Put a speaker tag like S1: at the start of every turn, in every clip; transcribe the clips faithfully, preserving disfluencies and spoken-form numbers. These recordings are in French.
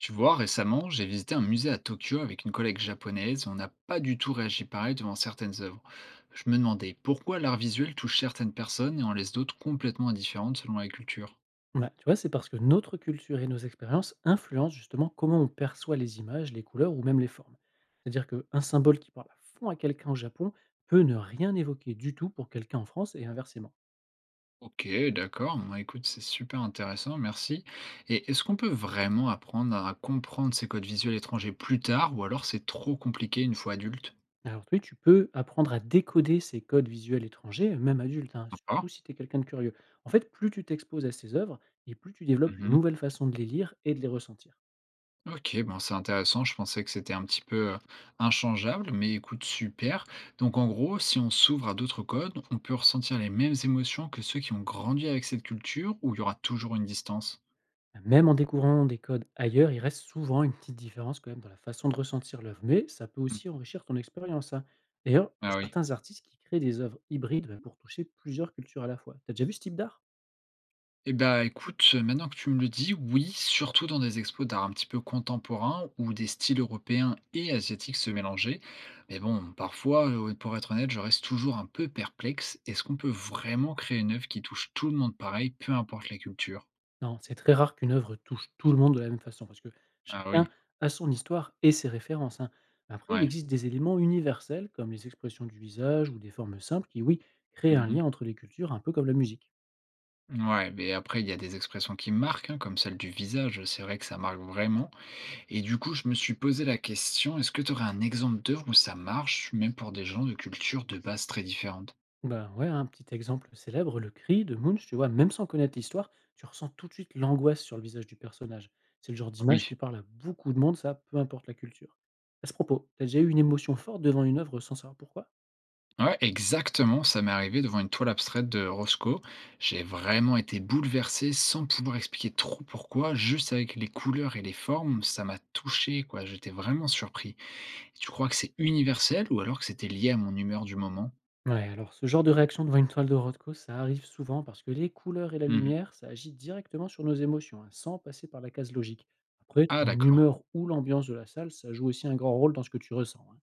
S1: Tu vois, récemment, j'ai visité un musée à Tokyo avec une collègue japonaise. On n'a pas du tout réagi pareil devant certaines œuvres. Je me demandais pourquoi l'art visuel touche certaines personnes et en laisse d'autres complètement indifférentes selon la culture.
S2: Bah, tu vois, c'est parce que notre culture et nos expériences influencent justement comment on perçoit les images, les couleurs ou même les formes. C'est-à-dire qu'un symbole qui parle à fond à quelqu'un au Japon peut ne rien évoquer du tout pour quelqu'un en France et inversement.
S1: Ok, d'accord. Moi, écoute, c'est super intéressant, merci. Et est-ce qu'on peut vraiment apprendre à comprendre ces codes visuels étrangers plus tard ou alors c'est trop compliqué une fois adulte?
S2: Alors toi, tu peux apprendre à décoder ces codes visuels étrangers, même adulte, hein, surtout
S1: Ah,
S2: si tu es quelqu'un de curieux. En fait, plus tu t'exposes à ces œuvres et plus tu développes une
S1: mhm.
S2: nouvelle façon de les lire et de les ressentir.
S1: OK, bon, c'est intéressant. Je pensais que c'était un petit peu, heu, inchangeable, mais écoute, super. Donc en gros, si on s'ouvre à d'autres codes, on peut ressentir les mêmes émotions que ceux qui ont grandi avec cette culture ou il y aura toujours une distance?
S2: Même en découvrant des codes ailleurs, il reste souvent une petite différence quand même dans la façon de ressentir l'œuvre, mais ça peut aussi
S1: Mmh.
S2: enrichir ton expérience, hein. D'ailleurs, il y
S1: Ah
S2: a
S1: oui.
S2: certains artistes qui créent des œuvres hybrides bah, pour toucher plusieurs cultures à la fois. T'as déjà vu ce type d'art?
S1: Et ben, écoute, maintenant que tu me le dis, oui, surtout dans des expos d'art un petit peu contemporain où des styles européens et asiatiques se mélangeaient. Mais bon, parfois, heu, pour être honnête, je reste toujours un peu perplexe. Est-ce qu'on peut vraiment créer une œuvre qui touche tout le monde pareil, peu importe la culture?
S2: Non, c'est très rare qu'une œuvre touche tout le monde de la même façon, parce que
S1: Ah
S2: chacun
S1: oui.
S2: a son histoire et ses références, hein. Après, il
S1: Ouais.
S2: existe des éléments universels, comme les expressions du visage ou des formes simples, qui, oui, créent un
S1: Mmh.
S2: lien entre les cultures, un peu comme la musique.
S1: Ouais, mais après, il y a des expressions qui marquent, hein, comme celle du visage, c'est vrai que ça marque vraiment. Et du coup, je me suis posé la question, est-ce que tu aurais un exemple d'œuvre où ça marche, même pour des gens de cultures de base très différentes?
S2: Bah, ouais, un petit exemple célèbre, le cri de Munch, tu vois, même sans connaître l'histoire, tu ressens tout de suite l'angoisse sur le visage du personnage. C'est le genre
S1: Oui.
S2: d'image qui parle à beaucoup de monde, ça, peu importe la culture. À ce propos, t'as déjà eu une émotion forte devant une œuvre sans savoir pourquoi?
S1: Ouais, exactement, ça m'est arrivé devant une toile abstraite de Roscoe. J'ai vraiment été bouleversé sans pouvoir expliquer trop pourquoi, juste avec les couleurs et les formes, ça m'a touché, quoi. J'étais vraiment surpris. Et tu crois que c'est universel ou alors que c'était lié à mon humeur du moment?
S2: Ouais, alors ce genre de réaction devant une toile de Rothko, ça arrive souvent parce que les couleurs et la
S1: Mmh.
S2: lumière, ça agit directement sur nos émotions, hein, sans passer par la case logique. Après,
S1: Ah
S2: ton
S1: d'accord.
S2: humeur ou l'ambiance de la salle, ça joue aussi un grand rôle dans ce que tu ressens, hein.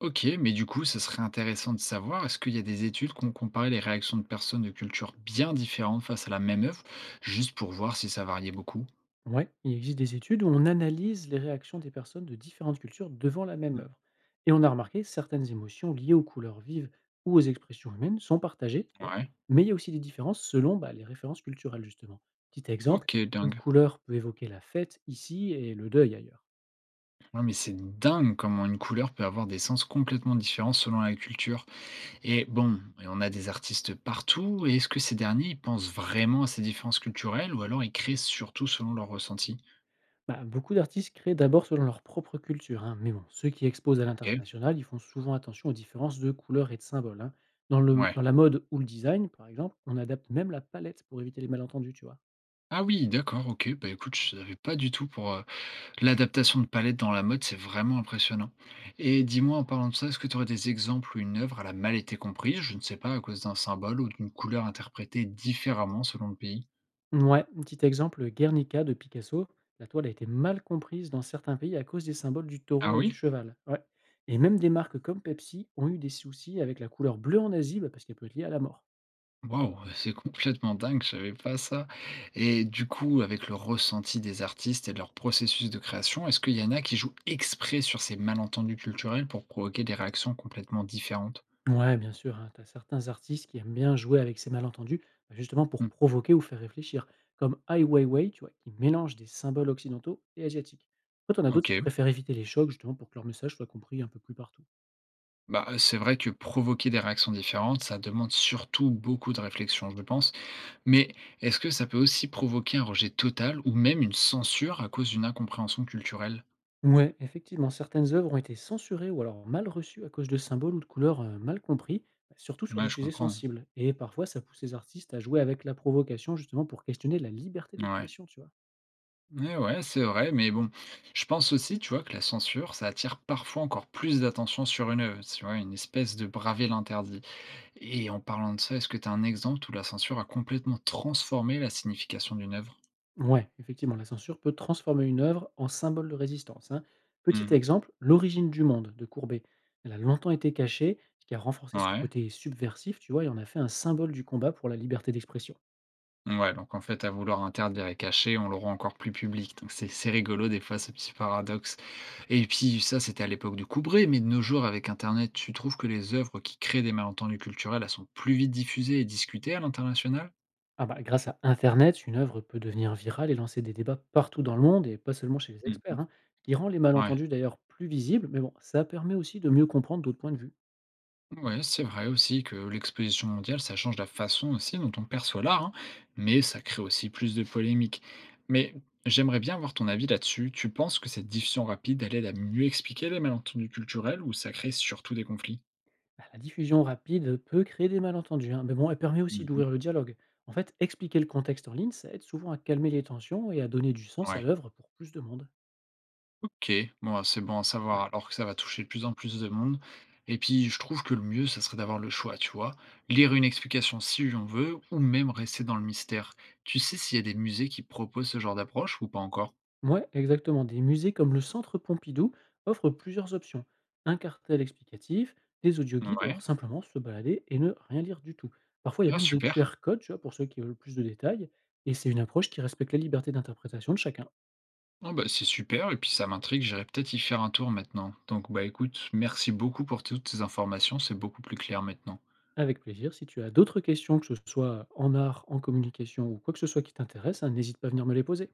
S1: OK, mais du coup, ce serait intéressant de savoir, est-ce qu'il y a des études qui ont comparé les réactions de personnes de cultures bien différentes face à la même œuvre, juste pour voir si ça variait beaucoup?
S2: Ouais, il existe des études où on analyse les réactions des personnes de différentes cultures devant la même
S1: Mm.
S2: œuvre. Et on a remarqué certaines émotions liées aux couleurs vives ou aux expressions humaines sont partagées, tu vois,
S1: Ouais.
S2: mais il y a aussi des différences selon bah, les références culturelles, justement. Petit exemple,
S1: Ok,
S2: une
S1: dingue.
S2: couleur peut évoquer la fête ici et le deuil ailleurs.
S1: Ouais, mais c'est dingue comment une couleur peut avoir des sens complètement différents selon la culture. Et bon, et on a des artistes partout, et est-ce que ces derniers ils pensent vraiment à ces différences culturelles ou alors ils créent surtout selon leur ressenti?
S2: Bah, beaucoup d'artistes créent d'abord selon leur propre culture, hein, mais bon, ceux qui exposent à
S1: Ok,
S2: l'international, ils font souvent attention aux différences de couleurs et de symboles, hein. Dans, le,
S1: ouais.
S2: dans la mode ou le design, par exemple, on adapte même la palette pour éviter les malentendus, tu vois.
S1: Ah oui, d'accord, ok. Bah écoute, je savais pas du tout pour, euh, l'adaptation de palette dans la mode, c'est vraiment impressionnant. Et dis-moi, en parlant de ça, est-ce que tu aurais des exemples où une œuvre, elle a mal été comprise, je ne sais pas, à cause d'un symbole ou d'une couleur interprétée différemment selon le pays?
S2: Ouais, un petit exemple, Guernica de Picasso. La toile a été mal comprise dans certains pays à cause des symboles du
S1: Ah
S2: taureau et du
S1: oui?
S2: cheval. Ouais. Et même des marques comme Pepsi ont eu des soucis avec la couleur bleue en Asie bah, parce qu'elle peut être liée à la mort.
S1: Waouh, c'est complètement dingue, je savais pas ça. Et du coup, avec le ressenti des artistes et de leur processus de création, est-ce qu'il y en a qui jouent exprès sur ces malentendus culturels pour provoquer des réactions complètement différentes?
S2: Ouais, bien sûr, hein, tu as certains artistes qui aiment bien jouer avec ces malentendus, bah, justement pour
S1: Hmm.
S2: provoquer ou faire réfléchir, comme Ai Weiwei, tu vois, qui mélange des symboles occidentaux et asiatiques. Après, t'en as d'autres
S1: Ok,
S2: qui préfèrent éviter les chocs, justement, pour que leur message soit compris un peu plus partout.
S1: bah c'est vrai que provoquer des réactions différentes, ça demande surtout beaucoup de réflexion, je pense. Mais est-ce que ça peut aussi provoquer un rejet total ou même une censure à cause d'une incompréhension culturelle?
S2: Ouais, effectivement, certaines œuvres ont été censurées ou alors mal reçues à cause de symboles ou de couleurs, heu, mal compris, bah, surtout sur
S1: Ouais,
S2: des
S1: je
S2: sujets
S1: comprends.
S2: sensibles et parfois ça pousse les artistes à jouer avec la provocation justement pour questionner la liberté
S1: Ouais.
S2: d'expression, tu vois?
S1: Ouais, ouais, c'est vrai, mais bon, je pense aussi, tu vois, que la censure, ça attire parfois encore plus d'attention sur une œuvre, tu vois, une espèce de braver l'interdit. Et en parlant de ça, est-ce que tu as un exemple où la censure a complètement transformé la signification d'une œuvre?
S2: Ouais, effectivement, la censure peut transformer une œuvre en symbole de résistance, hein. Petit
S1: Mhm.
S2: exemple, «L'origine du monde» de Courbet. Elle a longtemps été cachée, ce qui a renforcé son
S1: Ouais.
S2: côté subversif, tu vois? Et en a fait un symbole du combat pour la liberté d'expression.
S1: Ouais, donc en fait, à vouloir interdire et cacher, on le rend encore plus public. Donc c'est c'est rigolo des fois ce petit paradoxe. Et puis ça, c'était à l'époque de Coubray, mais de nos jours, avec internet, tu trouves que les œuvres qui créent des malentendus culturels, elles sont plus vite diffusées et discutées à l'international?
S2: Ah bah, grâce à internet, une œuvre peut devenir virale et lancer des débats partout dans le monde, et pas seulement chez les experts,
S1: Mmh.
S2: hein, ce qui rend les
S1: Ouais.
S2: malentendus d'ailleurs plus visibles, mais bon, ça permet aussi de mieux comprendre d'autres points de vue.
S1: Ouais, c'est vrai aussi que l'exposition mondiale, ça change la façon aussi dont on perçoit l'art, hein, mais ça crée aussi plus de polémiques. Mais j'aimerais bien avoir ton avis là-dessus. Tu penses que cette diffusion rapide, elle aide à mieux expliquer les malentendus culturels ou ça crée surtout des conflits?
S2: Bah, la diffusion rapide peut créer des malentendus, hein, mais bon, elle permet aussi
S1: Mmh.
S2: d'ouvrir le dialogue. En fait, expliquer le contexte en ligne, ça aide souvent à calmer les tensions et à donner du sens à
S1: Ouais.
S2: l'œuvre pour plus de monde.
S1: OK, bon, bah, c'est bon à savoir alors que ça va toucher de plus en plus de monde et puis je trouve que le mieux, ça serait d'avoir le choix, tu vois? Lire une explication si on veut ou même rester dans le mystère. Tu sais s'il y a des musées qui proposent ce genre d'approche ou pas encore?
S2: Ouais, exactement. Des musées comme le Centre Pompidou offrent plusieurs options. Un cartel explicatif, des audioguides ou
S1: Ouais,
S2: alors simplement se balader et ne rien lire du tout. Parfois, il y a
S1: ah
S2: même des
S1: super.
S2: Q R codes, tu vois, pour ceux qui veulent plus de détails. Et c'est une approche qui respecte la liberté d'interprétation de chacun.
S1: Ah bah, c'est super et puis ça m'intrigue, j'irai peut-être y faire un tour maintenant. Donc bah écoute, merci beaucoup pour toutes ces informations, c'est beaucoup plus clair maintenant.
S2: Avec plaisir, si tu as d'autres questions, que ce soit en art, en communication ou quoi que ce soit qui t'intéresse, hein, n'hésite pas à venir me les poser.